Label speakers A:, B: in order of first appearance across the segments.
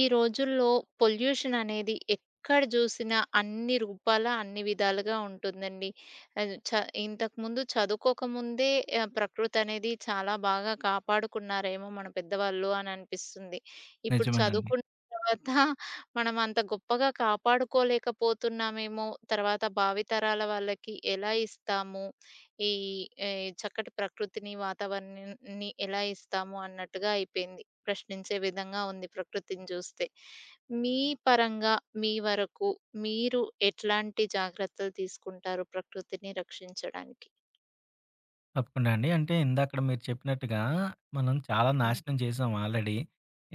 A: ఈ రోజుల్లో పొల్యూషన్ అనేది ఎక్కడ చూసినా అన్ని రూపాల, అన్ని విధాలుగా ఉంటుందండి. అది చ ఇంతకుముందు చదువుకోకముందే ప్రకృతి అనేది చాలా బాగా కాపాడుకున్నారేమో మన పెద్దవాళ్ళు అని అనిపిస్తుంది. ఇప్పుడు
B: నిజమేనండి.
A: చదువుకున్న తర్వాత మనం అంత గొప్పగా కాపాడుకోలేకపోతున్నామేమో, తర్వాత భావితరాల వాళ్ళకి ఎలా ఇస్తాము? ఈ ఈ చక్కటి ప్రకృతిని, వాతావరణాన్ని ఎలా ఇస్తాము అన్నట్టుగా అయిపోయింది. ప్రశ్నించే విధంగా ఉంది ప్రకృతిని చూస్తే. మీ పరంగా మీ వరకు మీరు ఎట్లాంటి జాగ్రత్తలు తీసుకుంటారు ప్రకృతిని రక్షించడానికి?
B: తప్పకుండా అండి. అంటే ఇందాకడ మీరు చెప్పినట్టుగా మనం చాలా
A: హ్మ్.
B: నాశనం చేసాం ఆల్రెడీ.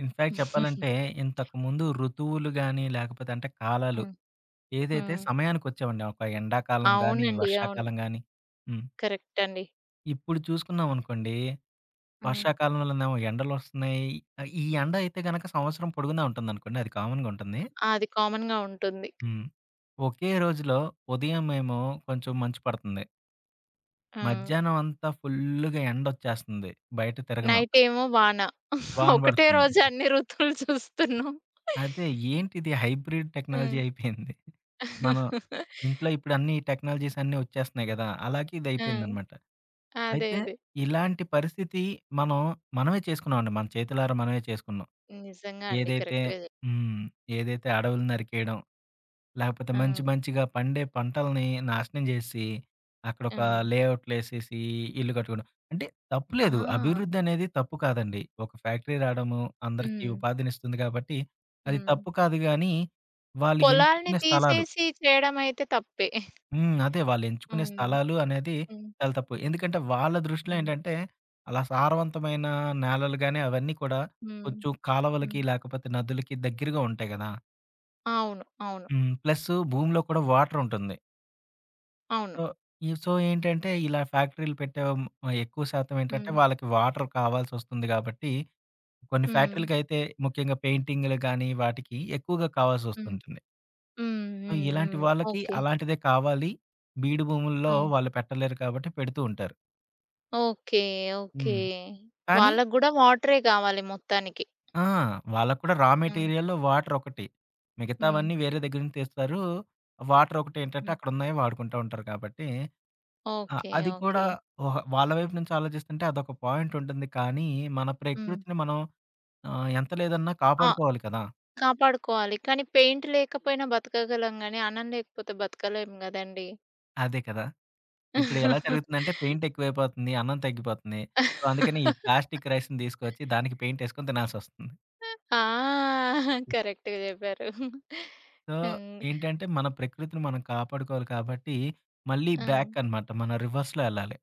B: ఇన్‌ఫాక్ట్ చెప్పాలంటే ఇంతకుముందు ఋతువులు గాని, లేకపోతే అంటే కాలాలు
A: హ్మ్.
B: ఏదైతే
A: హ్మ్.
B: సమయానికొచ్చేవండి. ఒక ఎండాకాలం గాని,
A: అవునండి. అవును.
B: వర్షాకాలం గాని. హ్మ్.
A: కరెక్ట్ అండి.
B: ఇప్పుడు చూసుకున్నామనుకోండి,
A: హ్మ్.
B: వర్షాకాలంలోనేమో ఎండలొస్తున్నాయి. ఈ ఎండ అయితే గనక సంవత్సరం పొడుగునా ఉంటుందనుకోండి, అది కామన్‌గా ఉంటుంది.
A: అది కామన్‌గా ఉంటుంది.
B: హ్మ్. ఒకే రోజులో ఉదయమేమో కొంచెం మంచు పడుతుంది.
A: ఆ!
B: మధ్యాహ్నం అంతా ఫుల్లుగా ఎండొచ్చేస్తుంది. బయట తిరగలేం.
A: నైట్ ఏమో వాన.
B: వాన
A: ఒకటే
B: పడుతుంది.
A: రోజు అన్ని ఋతువులు చూస్తున్నాం.
B: అదే, ఏంటిది హైబ్రిడ్
A: ఆ!
B: టెక్నాలజీ అయిపోయింది. మనం ఇంట్లో ఇప్పుడు అన్ని టెక్నాలజీస్ అన్నీ వచ్చేస్తున్నాయి గదా! అలాగే ఇది
A: ఆ!
B: అయిపోయిందనమాట.
A: అదే.
B: అయితే
A: అదే.
B: ఇలాంటి పరిస్థితి మనం మనమే చేసుకున్నామండి. మన చేతులారా మనమే చేసుకున్నాం.
A: నిజంగా అండి.
B: ఏదైతే
A: కరెక్ట్‌గా చెప్
B: హ్మ్. ఏదైతే అడవులు నరికేయడం, లేకపోతే
A: ఆ!
B: మంచి మంచిగా పండే పంటల్ని నాశనం జేసి, అక్కడొక
A: హ్మ్.
B: లేఅవుట్‌లేసేసి ఇల్లు కట్టుకోవడం. అంటే తప్పులేదు.
A: ఆ!
B: అభివృద్ధి అనేది తప్పు కాదండి. ఒక ఫ్యాక్టరీ రావడము అందరికీ
A: హ్మ్.
B: ఉపాధినిస్తుంది కాబట్టి, అది
A: హ్మ్.
B: తప్పు కాదు గానీ, వాళ్ళు
A: పొలాల్ని
B: ఎంచుకునే స్థలాలు.
A: తీసేసి చేయడమయితే తప్పే.
B: అదే, వాళ్ళు ఎంచుకునే
A: హ్మ్.
B: స్థలాలు అనేది
A: హ్మ్.
B: చాలా తప్పు. ఎందుకంటే వాళ్ళ దృష్టిలో
A: హ్మ్.
B: ఏంటంటే, అలా సారవంతమైన నేలలు గాని అవన్నీ కూడా
A: హ్మ్.
B: కొంచెం
A: హ్మ్.
B: కాలవలకి, లేకపోతే నదులకి దగ్గరగా ఉంటాయి గదా!
A: అవును. అవును.
B: హ్మ్. ప్లస్ భూమిలో కూడా వాటర్ ఉంటుంది.
A: అవును.
B: సో, సో, ఏంటంటే ఇలా ఫ్యాక్టరీలు పెట్టే ఎక్కువ శాతం ఏంటంటే
A: హ్మ్.
B: వాళ్ళకి వాటర్ కావాల్సొస్తుంది గాబట్టి, కొన్ని
A: హ్మ్.
B: ఫ్యాక్టరీలకైతే ముఖ్యంగా పెయింటింగ్‌లు గానీ, వాటికి ఎక్కువగా
A: హ్మ్.
B: కావాల్సొస్తుంటుంది.
A: హ్మ్.
B: సో,
A: హ్మ్.
B: ఇలాంటి
A: హ్మ్.
B: వాళ్ళకి
A: ఓకే.
B: అలాంటిదే కావాలి. బీడు భూముల్లో
A: హ్మ్.
B: వాళ్ళు పెట్టలేరు కాబట్టి పెడుతూ ఉంటారు.
A: ఓకే. ఓకే.
B: హ్మ్. కానీ
A: వాళ్ళకి గూడా వాటరే గావాలి మొత్తానికి.
B: ఆ! వాళ్ళకి కూడా రా
A: హ్మ్.
B: మెటీరియల్‌లో వాటర్ ఒకటి.
A: హ్మ్.
B: మిగతావన్నీ వేరే దగ్గర నుంచి తెస్తారు. వాటర్ ఒకటేంటంటే
A: హ్మ్.
B: అక్కడున్నయి వాడుకుంటా ఉంటారు కాబట్టి ఆ!
A: ఓకే.
B: అది కూడా
A: ఓకే.
B: ఒహ వాళ్ళ వైపు నుంచి ఆలోచిస్తుంటే అదొక పాయింట్ ఉంటుంది. కానీ మన
A: హ్మ్.
B: ప్రకృతిని మనం ఎంత లేదన్నా
A: ఆ!
B: కాపాడుకోవాలి కదా!
A: కాపాడుకోవాలి. కానీ పెయింట్ లేకపోయినా బతకగలం గానీ, అన్నం లేకపోతే బతకలేం గదండీ!
B: అదే కదా! ఇప్పుడు ఎలా జరుగుతుందంటే పెయింట్ ఎక్కువైపోతుంది. అన్నం తగ్గిపోతుంది. సో, అందుకని ఈ ప్లాస్టిక్ రైస్‌ని తీసుకొచ్చి దానికి పెయింట్ ఏసుకొని తినాల్సొస్తుంది.
A: ఆ! కరెక్ట్‌గా చెప్పారు.
B: సో,
A: హ్మ్.
B: ఏంటంటే మన ప్రకృతిని మనం కాపాడుకోవాలి కాబట్టి మళ్ళీ
A: హ్మ్.
B: బ్యాక్ అనమాట. మన రివర్స్‌లో ఎళ్ళాలి.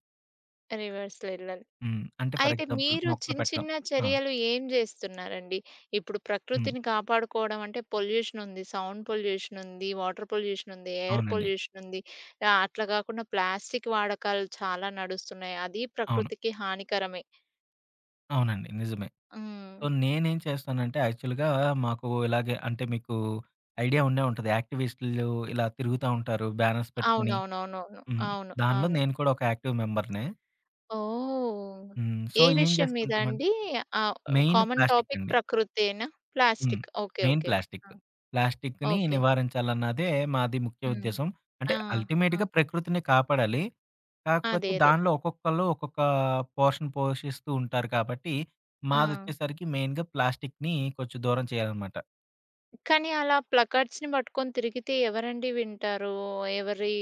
A: రివర్స్‌లో వెళ్ళాలి.
B: హ్మ్. అంటే ఫర్
A: అయితే
B: ఎగ్జాంపుల్
A: మీరు
B: మొక్కలు
A: చిన్న
B: పెట్టడం.
A: చిన్న
B: ఆ!
A: చర్యలు ఏం చేస్తున్నారండి? ఇప్పుడు
B: హ్మ్.
A: ప్రకృతిని కాపాడుకోవడం అంటే పొల్యూషన్ ఉంది. సౌండ్ పొల్యూషన్ ఉంది. వాటర్ పొల్యూషన్ ఉంది. ఎయిర్
B: అవునండి.
A: పొల్యూషన్ ఉంది. అట్లా కాకుండా ప్లాస్టిక్ వాడకాలు చాలా నడుస్తున్నాయి. అది
B: అవును.
A: ప్రకృతికి హానికరమే.
B: అవునండి. నిజమే.
A: హ్మ్.
B: సో, నేనేం చేస్తానంటే యాక్చువల్‌గా మాకు ఇలాగే అంటే మీకు ఐడియా ఉండే ఉంటది. యాక్టివిస్టులు ఇలా తిరుగుతా ఉంటారు బ్యానర్స్ పెట్టుకొని.
A: అవునవునవునవును.
B: హ్మ్.
A: అవును.
B: దానిలో
A: అవును.
B: నేను కూడా ఒక యాక్టివ్ మెంబర్‌నే.
A: ఓహ్!
B: హ్మ్. సో,
A: ఏ
B: ఏం
A: విషయం మీద
B: చేస్తుంటామంటే
A: అండి? ఆహ్,
B: మెయిన్
A: కామన్
B: ప్లాస్టిక్
A: టాపిక్
B: అండి.
A: ప్రకృతేనా?
B: హ్మ్.
A: Plastic. Okay.
B: Main
A: okay.
B: Plastic.
A: ఆ!
B: ప్లాస్టిక్‌ని
A: ఓకే.
B: నివారించాలన్నదే మాది ముఖ్య
A: హ్మ్.
B: ఉద్దేశ్యం. అంటే
A: ఆ! ఆ!
B: అల్టిమేట్‌గా ప్రకృతిని కాపాడాలి. కాకపోతే
A: అదే. అదే.
B: దానిలో ఒక్కొక్కళ్ళు ఒక్కొక్క పోర్షన్ పోషిస్తూ ఉంటారు కాబట్టి,
A: ఆ!
B: మాదొచ్చేసరికి మెయిన్‌గా ప్లాస్టిక్‌ని కొంచెం దూరం చేయాలనమాట.
A: కానీ అలా ప్లకార్డ్స్‌ని పట్టుకొని తిరిగితే ఎవరండి వింటారు? ఎవరి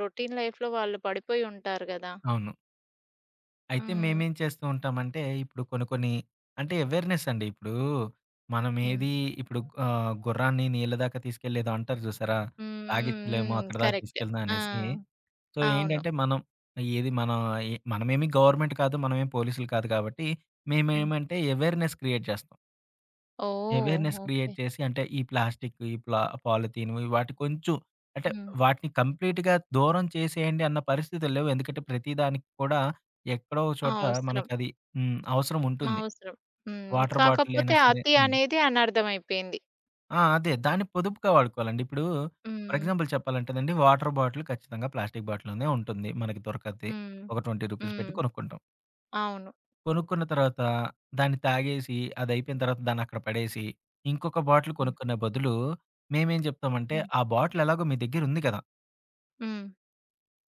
A: రొటీన్ లైఫ్‌లో వాళ్ళు పడిపోయి ఉంటారు గదా!
B: అవును. అయితే
A: హ్మ్.
B: మేమేం చేస్తూ ఉంటామంటే, ఇప్పుడు కొన్ని కొన్ని అంటే అవేర్‌నెస్ అండి. ఇప్పుడు మనం
A: హ్మ్.
B: ఏది ఇప్పుడు గుర్రాన్ని నీళ్ళ దాకా తీసుకెళ్ళేదో అంటారు చూసారా?
A: హ్మ్. హ్మ్.
B: తాగిచ్చలేము,
A: హ్మ్.
B: అక్కడ దాకా
A: కరెక్ట్.
B: తీసుకెళ్దాం
A: ఆ!
B: అనేసి. సో,
A: అవును.
B: ఏంటంటే మనం ఏది మనం ఎ మనమేమి గవర్నమెంట్ కాదు. మనమేమి పోలీసులు కాదు కాబట్టి
A: హ్మ్.
B: మేమేమంటే అవేర్‌నెస్ క్రియేట్ చేస్తాం.
A: ఓహ్!
B: Awareness create
A: okay.
B: చేసి అంటే ఈ పాలిథీన్ వాటి కొంచెం అంటే
A: హ్మ్.
B: వాటిని కంప్లీట్‌గా దూరం చేసేయండి అన్న పరిస్థితులు లేవు. ఎందుకంటే ప్రతి దానికి కూడా ఎక్కడో ఒక చోట
A: అవసరం.
B: మనకది హ్మ్, అవసరం ఉంటుంది.
A: అవసరం. హ్మ్.
B: వాటర్ బాటిల్ అయినా
A: కాకపోతే
B: సరే.
A: అతి
B: హ్మ్.
A: అనేది అనర్థమైపోయింది.
B: ఆ! అదే, దాన్ని పొదుపుగా వాడుకోవాలండి. ఇప్పుడు ఫర్
A: హ్మ్.
B: ఎగ్జాంపుల్ చెప్పాలంటేనండి, వాటర్ బాటిల్ ఖచ్చితంగా ప్లాస్టిక్ బాటిల్‌లోనే ఉంటుంది. మనకి దొరకద్ది.
A: హ్మ్.
B: ఒక రూ. 20
A: హ్మ్.
B: పెట్టి కొనుక్కుంటాం.
A: అవును.
B: కొనుక్కున్న తర్వాత దాన్ని తాగేసి, అదయిపోయిన తర్వాత దాన్నక్కడ పడేసి, ఇంకొక బాటిల్
A: హ్మ్.
B: కొనుక్కునే బదులు మేమేం చెప్తామంటే,
A: హ్మ్.
B: ఆ బాటిల్ ఎలాగో మీ దగ్గరుంది కదా!
A: హ్మ్.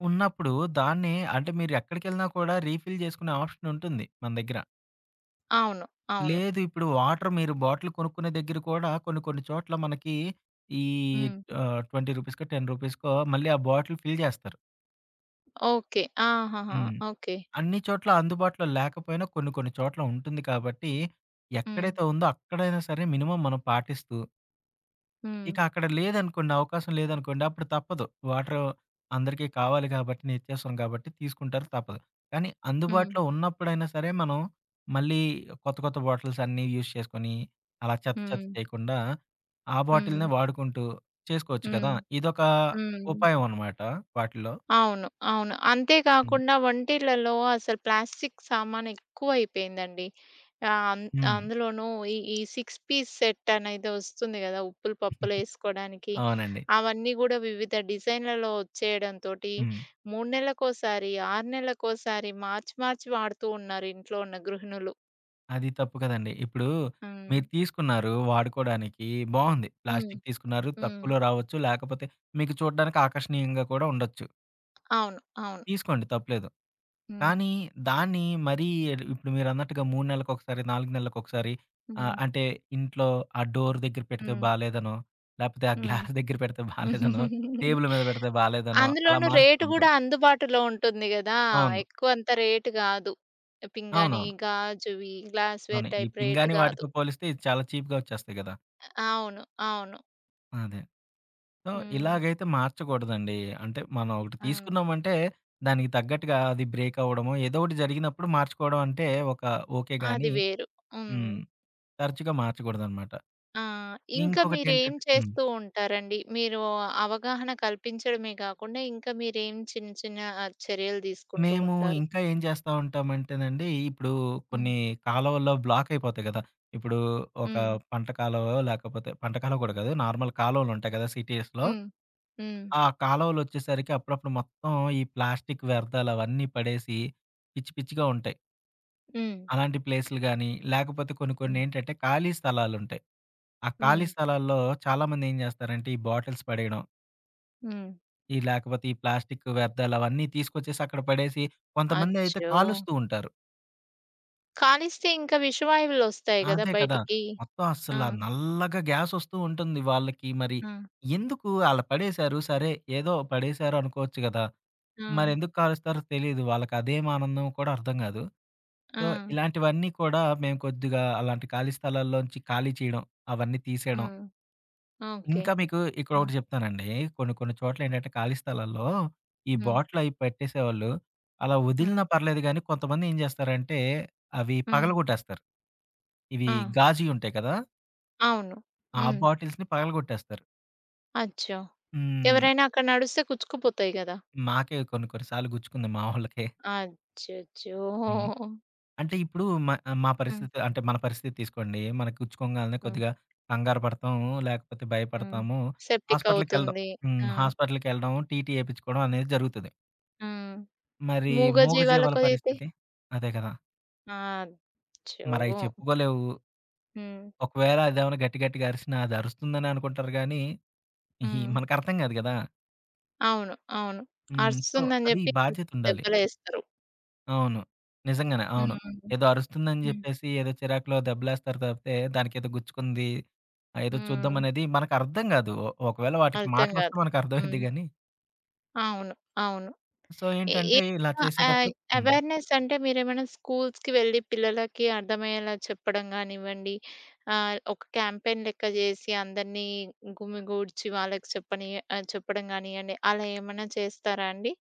B: ఉన్నప్పుడు దాన్నే, అంటే మీరెక్కడికెళ్ళినా కూడా రీఫిల్ చేసుకునే ఆప్షన్ ఉంటుంది మన దగ్గర.
A: అవును. అవును.
B: లేదు, ఇప్పుడు వాటర్ మీరు బాటిల్ కొనుక్కునే దగ్గర కూడా కొన్ని కొన్ని చోట్ల మనకి ఈ
A: హ్మ్.
B: 20 రూపీస్‌కో, 10 రూపీస్‌కో మళ్ళీ ఆ బాటిల్ ఫిల్ చేస్తారు.
A: ఓకే. ఆహాహా!
B: హ్మ్.
A: ఓకే.
B: అన్ని చోట్ల అందుబాటులో లేకపోయినా కొన్ని కొన్ని చోట్ల ఉంటుంది కాబట్టి,
A: హ్మ్.
B: ఎక్కడైతే ఉందో అక్కడైనా సరే మినిమమ్ మనం పాటిస్తూ,
A: హ్మ్.
B: ఇక అక్కడ లేదనుకోండి, అవకాశం లేదనుకోండి, అప్పుడు తప్పదు. వాటరు అందరికీ కావాలి కాబట్టి, నిత్యావసరం కాబట్టి తీసుకుంటారు, తప్పదు. కానీ
A: హ్మ్.
B: అందుబాటులో ఉన్నప్పుడైనా సరే మనం మళ్ళీ కొత్త, కొత్త బాటిల్స్ అన్నీ యూజ్ చేసుకొని, అలా చెత్త, చెత్త
A: హ్మ్.
B: చేయకుండా ఆ
A: హ్మ్.
B: బాటిల్‌నే వాడుకుంటూ చేసుకోవచ్చు కదా!
A: హ్మ్.
B: ఇదొక
A: హ్మ్.
B: ఉపాయం అనమాట వాటిల్లో.
A: అవును. అవును. అంతే
B: హ్మ్.
A: కాకుండా వంటిళ్లలో అసలు ప్లాస్టిక్ సామాను ఎక్కువైపోయిందండి. ఆహ్, అం
B: హ్మ్.
A: అందులోనూ ఈ ఈ 6 పీస్ సెట్ అనేది వస్తుంది గదా! ఉప్పులు, పప్పులు ఏసుకోడానికి.
B: అవునండి.
A: అవన్నీ గూడా వివిధ డిజైన్‌లలో వచ్చేయడంతోటి
B: హ్మ్.
A: 3 నెలలకోసారి, 6 నెలలకోసారి మార్చి, మార్చి వాడుతూ ఉన్నారు ఇంట్లో ఉన్న గృహిణులు.
B: అది తప్పు కదండీ. ఇప్పుడు
A: హ్మ్.
B: మీరు తీసుకున్నారు వాడుకోడానికి. బావుంది.
A: హ్మ్.
B: ప్లాస్టిక్ తీసుకున్నారు.
A: హ్మ్.
B: తక్కువలో రావచ్చు. లేకపోతే మీకు చూడడానికి ఆకర్షణీయంగా కూడా ఉండొచ్చు.
A: అవును. అవును.
B: తీసుకోండి, తప్పులేదు.
A: హ్మ్.
B: కానీ దాన్ని మరీ ఇప్పుడు మీరన్నట్టుగా 3 నెలలకొకసారి, 4 నెలలకొకసారి
A: హ్మ్.
B: అంటే ఇంట్లో ఆ డోర్ దగ్గర పెడితే
A: హ్మ్.
B: బాలేదనో, లేపోతే ఆ
A: హ్మ్.
B: గ్లాస్ దగ్గర పెడితే బాలేదనో, టేబుల్ మీద పెడితే బాలేదనో, అలా
A: అందులోనూ
B: మారుస్తూ
A: రేటు గూడా
B: ఉండకూడదు.
A: అందుబాటులో ఉంటుంది గదా!
B: అవును.
A: ఎక్కువంత రేటు గాదు. పింగాణీ,
B: అవునవును.
A: గాజువి,
B: అవును.
A: గ్లాస్‌వేర్
B: ఈ
A: టైప్ రేటు
B: పింగాణీ
A: గాదు.
B: వాటితో పోలిస్తే ఇది చాలా చీప్‌గా వచ్చేస్తాయి గదా!
A: అవును. అవును.
B: అదే. సో,
A: హ్మ్.
B: ఇలాగైతే మార్చకూడదండి. అంటే మనం ఒకటి
A: హ్మ్.
B: తీసుకున్నామంటే దానికి తగ్గట్టుగా అది బ్రేక్ అవ్వడమో ఏదో ఒకటి జరిగినప్పుడు మార్చుకోవడం అంటే ఒక ఓకే
A: అది
B: గాని
A: వేరు. హ్మ్.
B: హ్మ్, తరచుగా మార్చకూడదనమాట.
A: ఆ! ఇంకా మీరేం
B: ఇంకొకటేంటంటే హ్మ్,
A: చేస్తూ ఉంటారండి? మీరు అవగాహన కల్పించడమే గాకుండా, ఇంకా మీరేం చిన్న చిన్న చర్యలు తీసుకుంటూ
B: మేము
A: ఉంటారు?
B: ఇంకా ఏం చేస్తా ఉంటామంటేనండి, ఇప్పుడు
A: హ్మ్.
B: కొన్ని కాలువల్లో బ్లాక్ అయిపోతాయి కదా! ఇప్పుడు ఒక
A: హ్మ్.
B: పంట కాలువో, లేకపోతే పంట కాలువ కూడా కాదు, నార్మల్ కాలువలుంటాయి కదా! సిటీస్‌లో.
A: హ్మ్. హ్మ్.
B: ఆ కాలువలొచ్చేసరికి అప్పుడప్పుడు మొత్తం ఈ ప్లాస్టిక్ వ్యర్థాలు అవన్నీ పడేసి పిచ్చి పిచ్చిగా ఉంటాయి.
A: హ్మ్.
B: అలాంటి ప్లేసులు గాని, లేకపోతే కొన్ని కొన్ని
A: హ్మ్.
B: ఏంటంటే ఖాళీ స్థలాలుంటాయి. ఆ ఖాళీ
A: హ్మ్.
B: స్థలాల్లో చాలామంది ఏం జేస్తారంటే, ఈ బాటిల్స్ పడేయడం,
A: హ్మ్.
B: లేకపోతే ఈ ప్లాస్టిక్ వ్యర్థాలు అవన్నీ తీసుకొచ్చేసి అక్కడ పడేసి, కొంతమందయితే
A: అచ్చో!
B: కాలుస్తూ ఉంటారు.
A: కాలిస్తే ఇంకా విషవాయువులొస్తాయి గదా!
B: అదే కదా!
A: బయటికి.
B: మొత్తం
A: ఆ!
B: అస్సల నల్లగా గ్యాసొస్తూ ఉంటుంది వాళ్ళకి. మరి
A: ఆ!
B: ఎందుకు ఆళ్ళు పడేశారు సరే, ఏదో పడేశారు అనుకోవచ్చు గదా!
A: ఆ!
B: మరెందుకు కాలుస్తారో తెలీదు. వాళ్ళకదేం ఆనందమో కూడా అర్థం గాదు.
A: ఆ!
B: సో, ఇలాంటివన్నీ కూడా మేము కొద్దిగా అలాంటి ఖాళీ స్థలాల్లోంచి ఖాళీ చేయడం, అవన్నీ తీసేయడం.
A: హ్మ్. ఓకే.
B: ఇంకా మీకు
A: హ్మ్.
B: ఇక్కడొకటి చెప్తానండి. కొన్ని కొన్ని చోట్లేంటంటే ఖాళీ స్థలాల్లో ఈ
A: హ్మ్.
B: బాటిల్ అయి పెట్టేసేవాళ్ళు. అలా
A: హ్మ్.
B: వదిలినా పర్లేదు గానీ, కొంతమంది ఏం జేస్తారంటే అవి
A: హ్మ్.
B: పగలగొట్టేస్తారు. ఇవి
A: ఆ!
B: గాజుయి ఉంటాయి కదా!
A: అవును.
B: ఆ
A: హ్మ్.
B: బాటిల్స్‌ని పగలగొట్టేస్తారు.
A: అచ్చో!
B: హ్మ్.
A: ఎవరైనా అక్కడ నడుస్తే కుచ్చుకుపోతాయి గదా!
B: మాకే కొన్ని కొన్ని సార్లు గుచ్చుకుంది మా వోళ్ళకే.
A: అచ్చచ్చో!
B: హ్మ్. అంటే ఇప్పుడు మ మా
A: హ్మ్.
B: పరిస్థితి అంటే మన పరిస్థితి తీసుకోండి. మనకు గుచ్చుకోంగాల్నే
A: హ్మ్.
B: కొద్దిగా కంగారు పడతాము, లేకపోతే
A: హ్మ్.
B: భయపడతాము.
A: సెప్టిక్
B: హాస్పిటల్‌కెళ్ళడం
A: అవుతుంది.
B: హ్మ్.
A: ఆ!
B: హాస్పిటల్‌కెళ్ళడం, టీటీ ఏపిచ్చుకోవడం అనేది జరుగుతది.
A: హ్మ్.
B: మరి మూగజీవాల
A: మూగజీవాలకైతే
B: పరిస్థితి? అదే కదా! మరయి
A: అచ్చో!
B: చెప్పుకోలేవు.
A: హ్మ్.
B: ఒకవేళ అదేమన్నా గట్టి గట్టిగా అరిసినా అది అరుస్తుందని అనుకుంటారు గానీ, ఇహి
A: హ్మ్.
B: మనకర్థం కాదు కదా!
A: అవును. అవును.
B: హ్మ్. సో,
A: అరుస్తుందని
B: అది
A: జెప్పి
B: బాధ్యతుండాలి.
A: దెబ్బలేస్తరు.
B: అవును. నిజంగానే. అవును.
A: హ్మ్.
B: ఏదో అరుస్తుందని
A: హ్మ్.
B: చెప్పేసి ఏదో చిరాకులో దెబ్బలేస్తారు తప్పితే, దానికేదో గుచ్చుకుంది, ఏదో
A: హ్మ్.
B: చూద్దామనేది మనకర్థం కాదు. ఒకవేళ వాటికి
A: అర్థం
B: మాటలొస్తే
A: గాదు.
B: మనకర్థమైద్ది
A: హ్మ్.
B: గానీ,
A: అవును. అవును.
B: సో,
A: ఏ ఏమైనా
B: ఏంటంటే
A: అది.
B: ఇలా చేసేటప్పుడు హ్మ్.
A: అవేర్‌నెస్ అంటే మీరేమైనా స్కూల్స్‌కి వెళ్లి పిల్లలకి అర్థమయ్యేలా చెప్పడం గానివ్వండి, ఒక క్యాంపెయిన్ లెక్క జేసి అందరినీ గుమిగూడ్చి వాళ్ళకి చెప్పని చెప్పడం గానియ్యండి, అలా ఏమన్నా చేస్తారా అండి?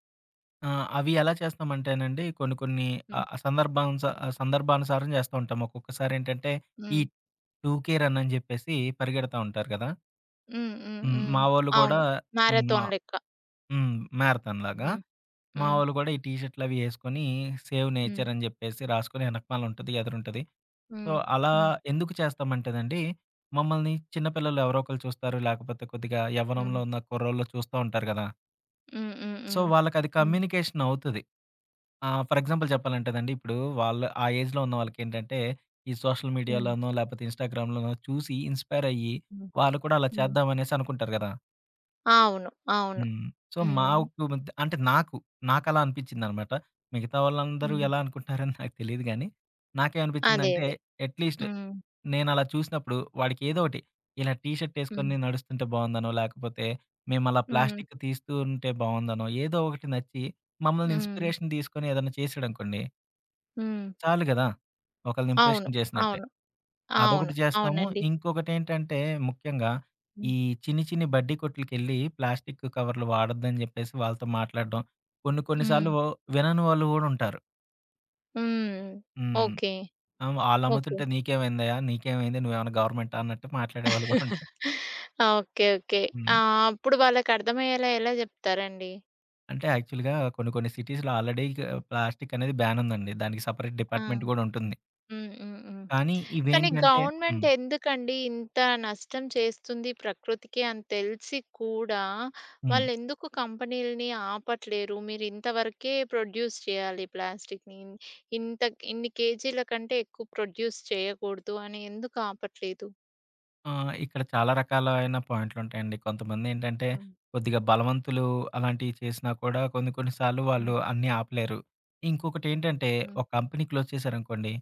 B: ఆ! అవి ఎలా చేస్తామంటేనండి కొన్ని కొన్ని
A: హ్మ్.
B: సందర్భానుసారం చేస్తూ ఉంటాం. ఒక్కొక్కసారేంటంటే ఈ
A: హ్మ్.
B: 2కే రన్ అని చెప్పేసి పరిగెడతా ఉంటారు కదా!
A: హ్మ్. హ్మ్.
B: హ్మ్.
A: హ్మ్.
B: మా వోళ్ళు కూడా
A: అవును.
B: ఓకే. హ్మ్. మా
A: మారథాన్ లెక్క.
B: హ్మ్. మ్యారథాన్‌లాగా.
A: హ్మ్.
B: మా
A: హ్మ్.
B: వోళ్ళు కూడా ఈ టీ షర్ట్‌లవి యేసుకొని సేవ్
A: హ్మ్.
B: నేచర్ అని చెప్పేసి రాసుకొని వెనకమాల ఉంటది, ఎదురుంటది. సో,
A: హ్మ్.
B: అలా
A: హ్మ్.
B: ఎందుకు చేస్తామంటేనండి, మమ్మల్ని చిన్న పిల్లలు ఎవరో ఒకళ్ళు చూస్తారు. లేకపోతే కొద్దిగా
A: హ్మ్.
B: యవ్వనంలో ఉన్న కుర్రోళ్ళు చూస్తా ఉంటారు కదా!
A: హ్మ్. హ్మ్.
B: సో,
A: హ్మ్.
B: వాళ్ళకది
A: హ్మ్.
B: కమ్యూనికేషన్ అవుతది. ఫర్ ఎగ్జాంపుల్ చెప్పాలంటేనండి, ఇప్పుడు వాళ్ళు ఆ ఏజ్‌లో ఉన్న వాళ్ళకేంటంటే, ఈ సోషల్
A: హ్మ్.
B: మీడియాలోనో, లేపోతే ఇన్‌స్టాగ్రామ్‌లోనో చూసి ఇన్‌స్పైర్ అయ్యి,
A: హ్మ్.
B: వాళ్ళు కూడా అలా
A: హ్మ్.
B: చేద్దాం అనేసి అనుకుంటారు గదా!
A: అవును. అవును.
B: హ్మ్. సో,
A: హ్మ్.
B: మాకు మధ్య అంటే నాకు, నాకలా అనిపిచ్చిందనమాట. మిగతా వాళ్ళందరూ
A: హ్మ్.
B: ఎలా అనుకుంటున్నారని నాకు తెలీదు గానీ,
A: అదే.
B: నాకేమనిపిచ్చిందంటే,
A: అదే.
B: అట్‌లీస్ట్
A: హ్మ్.
B: నేనలా చూసినప్పుడు వాడికి ఏదోకటి, ఇలా టీ షర్ట్
A: హ్మ్.
B: ఏసుకొని నడుస్తుంటే బావుందనో, లేకపోతే మేమలా
A: హ్మ్.
B: ప్లాస్టిక్ తీస్తూ ఉంటే బావుందనో, ఏదో ఒకటి నచ్చి మమ్మల్ని
A: హ్మ్.
B: ఇన్‌స్పిరేషన్ తీసుకొని ఏదైనా చేసాడనుకోండి,
A: హ్మ్.
B: చాలు గదా! ఒకళ్ళని
A: అవును.
B: ఇంప్రెషన్ చేసినట్టే.
A: అవును. అవును.
B: అదొకటి చేస్తాము.
A: అవునండి.
B: ఇంకొకటేంటంటే ముఖ్యంగా ఈ
A: హ్మ్.
B: చిన్ని చిన్ని బడ్డీ కొట్లకెళ్ళి ప్లాస్టిక్ కవర్లు వాడొద్దని జెప్పేసి వాళ్ళతో మాట్లాడడం. కొన్ని కొన్ని
A: హ్మ్.
B: సార్లు వినని వాళ్ళు గూడా ఉంటారు.
A: హ్మ్.
B: హ్మ్.
A: ఓకే. ఓకే.
B: ఆళ్ళమ్ముతుంటే నీకేమైందయ్యా? నీకేమైంది? నువ్వేమన్నా గవర్నమెంటా? అన్నట్టు మాట్లాడేవాళ్ళు గూడా ఉంటారు.
A: ఓకే. ఓకే.
B: హ్మ్.
A: ఆ! అప్పుడు వాళ్ళకర్థమయ్యేలా ఎలా జెప్తారండి?
B: అంటే యాక్చువల్‌గా కొన్ని కొన్ని సిటీస్‌లో ఆల్రెడీ ప్లాస్టిక్ అనేది బ్యాన్ ఉందండి. దానికి సెపరేట్
A: ఆ!
B: డిపార్ట్‌మెంట్ గూడా ఉంటుంది.
A: హ్మ్. హ్మ్. హ్మ్.
B: కానీ
A: కానీ
B: ఇవేంటంటే
A: గవర్నమెంట్
B: హ్మ్.
A: ఎందుకండి ఇంత నష్టం చేస్తుంది ప్రకృతికి అని తెలిసి కూడా
B: హ్మ్.
A: వాళ్ళెందుకు కంపెనీలని ఆపట్లేరు? మీరింత వరకే ప్రొడ్యూస్ చేయాలి ప్లాస్టిక్‌ని. ఇంత ఇన్ని కేజీల కంటే ఎక్కువ ప్రొడ్యూస్ చేయకూడదు అని ఎందుకు ఆపట్లేదు?
B: ఇక్కడ చాలా రకాలైన పాయింట్లుంటాయండి. కొంతమందేంటంటే
A: హ్మ్.
B: కొద్దిగా బలవంతులు అలాంటివి చేసినా కూడా కొన్ని కొన్ని సార్లు వాళ్ళు
A: హ్మ్.
B: అన్నీ ఆపలేరు. ఇంకొకటేంటంటే
A: హ్మ్.
B: ఒక కంపెనీ క్లోజ్ చేశారనుకోండి.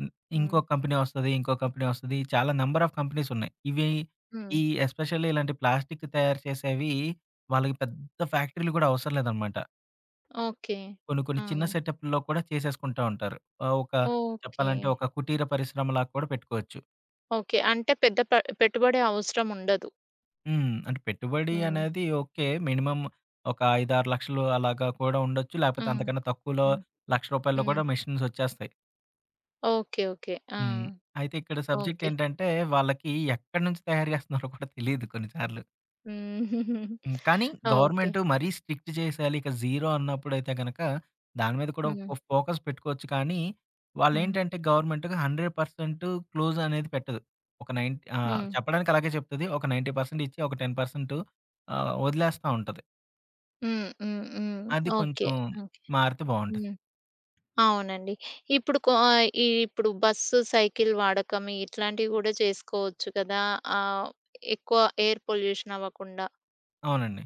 B: హ్మ్. ఇంకో
A: హ్మ్.
B: కంపెనీ వస్తది. ఇంకో కంపెనీ వస్తది. చాలా నంబర్ ఆఫ్ కంపెనీస్ ఉన్నాయి. ఇవి
A: హ్మ్.
B: ఈ ఎస్పెషల్లీ ఇలాంటి ప్లాస్టిక్ తయారు చేసేవి వాళ్ళకి పెద్ద ఫ్యాక్టరీలు గూడా అవసరం లేదనమాట.
A: ఓకే.
B: కొన్ని కొన్ని
A: ఆ!
B: చిన్న సెటప్‌లో కూడా చేసేసుకుంటా ఉంటారు. ఆహ్, ఒక
A: ఓకే.
B: చెప్పాలంటే ఒక కుటీర పరిశ్రమలాగా కూడా పెట్టుకోవచ్చు.
A: ఓకే. అంటే పెద్ద పె పెట్టుబడి అవసరం ఉండదు.
B: హ్మ్. అంటే పెట్టుబడి
A: హ్మ్.
B: అనేది ఓకే. మినిమమ్ ఒక 5, 6 లక్షలు అలాగా కూడా ఉండొచ్చు. లేకపోతే
A: హ్మ్.
B: అంతకన్నా తక్కువలో రూ.
A: హ్మ్.
B: 1,00,000 కూడా
A: హ్మ్.
B: మెషిన్స్ వచ్చేస్తాయి.
A: ఓకే. ఓకే. ఆ!
B: హ్మ్. అయితే ఇక్కడ సబ్జెక్ట్
A: ఓకే.
B: ఏంటంటే వాళ్ళకి ఎక్కడి నుంచి తయారు చేస్తున్నారో కూడా తెలీదు కొన్ని సార్లు.
A: హ్మ్.
B: హ్మ్. కానీ
A: ఓకే.
B: గవర్నమెంట్ మరీ స్ట్రిక్ట్ చేసేయాలి. ఇక జీరో అన్నప్పుడైతే గనక దాని మీద కూడా
A: హ్మ్.
B: ఫోకస్ పెట్టుకోవచ్చు. కానీ
A: హ్మ్.
B: వాళ్ళేంటంటే గవర్నమెంట్ 100% క్లోజ్ అనేది పెట్టదు.
A: హ్మ్.
B: చెప్పడానికి అలాగే చెప్తది. ఒక 90% ఇచ్చి ఒక 10% వదిలేస్తా ఉంటది.
A: హ్మ్. హ్మ్. హ్మ్.
B: అది
A: ఓకే.
B: కొంచెం
A: ఓకే.
B: మారితే బావుంటది.
A: హ్మ్. అవునండి. ఇప్పుడు కొ ఇప్పుడు బస్సు, సైకిల్ వాడకం ఇట్లాంటివి గూడా చేసుకోవచ్చు కదా! ఆహ్, ఎక్కువ ఎయిర్ పొల్యూషన్ అవ్వకుండా.
B: అవునండి.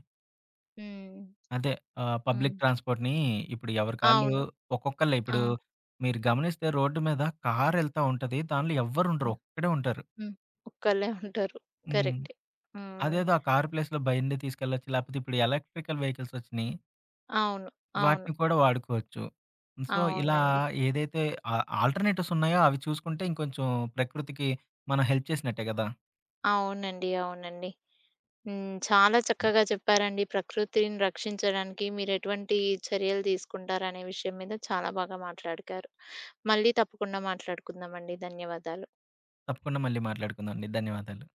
A: హ్మ్.
B: అదే
A: హ్మ్.
B: పబ్లిక్ ట్రాన్స్‌పోర్ట్‌ని ఇప్పుడు ఎవరికాళ్ళు
A: అవును.
B: ఒక్కొక్కళ్ళే
A: ఆ!
B: ఇప్పుడు మీరు గమనిస్తే రోడ్డు మీద కారెళ్తా ఉంటది. దానిలో ఎవ్వరుండరు.
A: హ్మ్.
B: ఒక్కడే ఉంటారు.
A: హ్మ్. ఒక్కళ్ళే ఉంటారు.
B: హ్మ్.
A: కరెక్టే. హ్మ్.
B: అదేదో ఆ కారు ప్లేస్‌లో బండి తీసుకెళ్ళొచ్చు. లేకపోతే ఇప్పుడు ఎలక్ట్రికల్ వెహికల్స్ వచ్చినియి.
A: అవును. అవును.
B: వాటిని కూడా వాడుకోవచ్చు. సో, ఇలా
A: అవునండి.
B: ఏదైతే ఆ ఆల్టర్‌నేటివ్స్ ఉన్నాయో అవి చూసుకుంటే ఇంకొంచెం ప్రకృతికి మనం హెల్ప్ చేసినట్టే గదా!
A: అవునండి. అవునండి. హ్మ్. చాలా చక్కగా చెప్పారండి. ప్రకృతిని రక్షించడానికి మీరెటువంటి చర్యలు తీసుకుంటారనే విషయం మీద చాలా బాగా మాట్లాడుకారు. మళ్ళీ తప్పకుండా మాట్లాడుకుందామండి. ధన్యవాదాలు.
B: తప్పకుండా మళ్ళీ మాట్లాడుకుందాం అండి. ధన్యవాదాలు.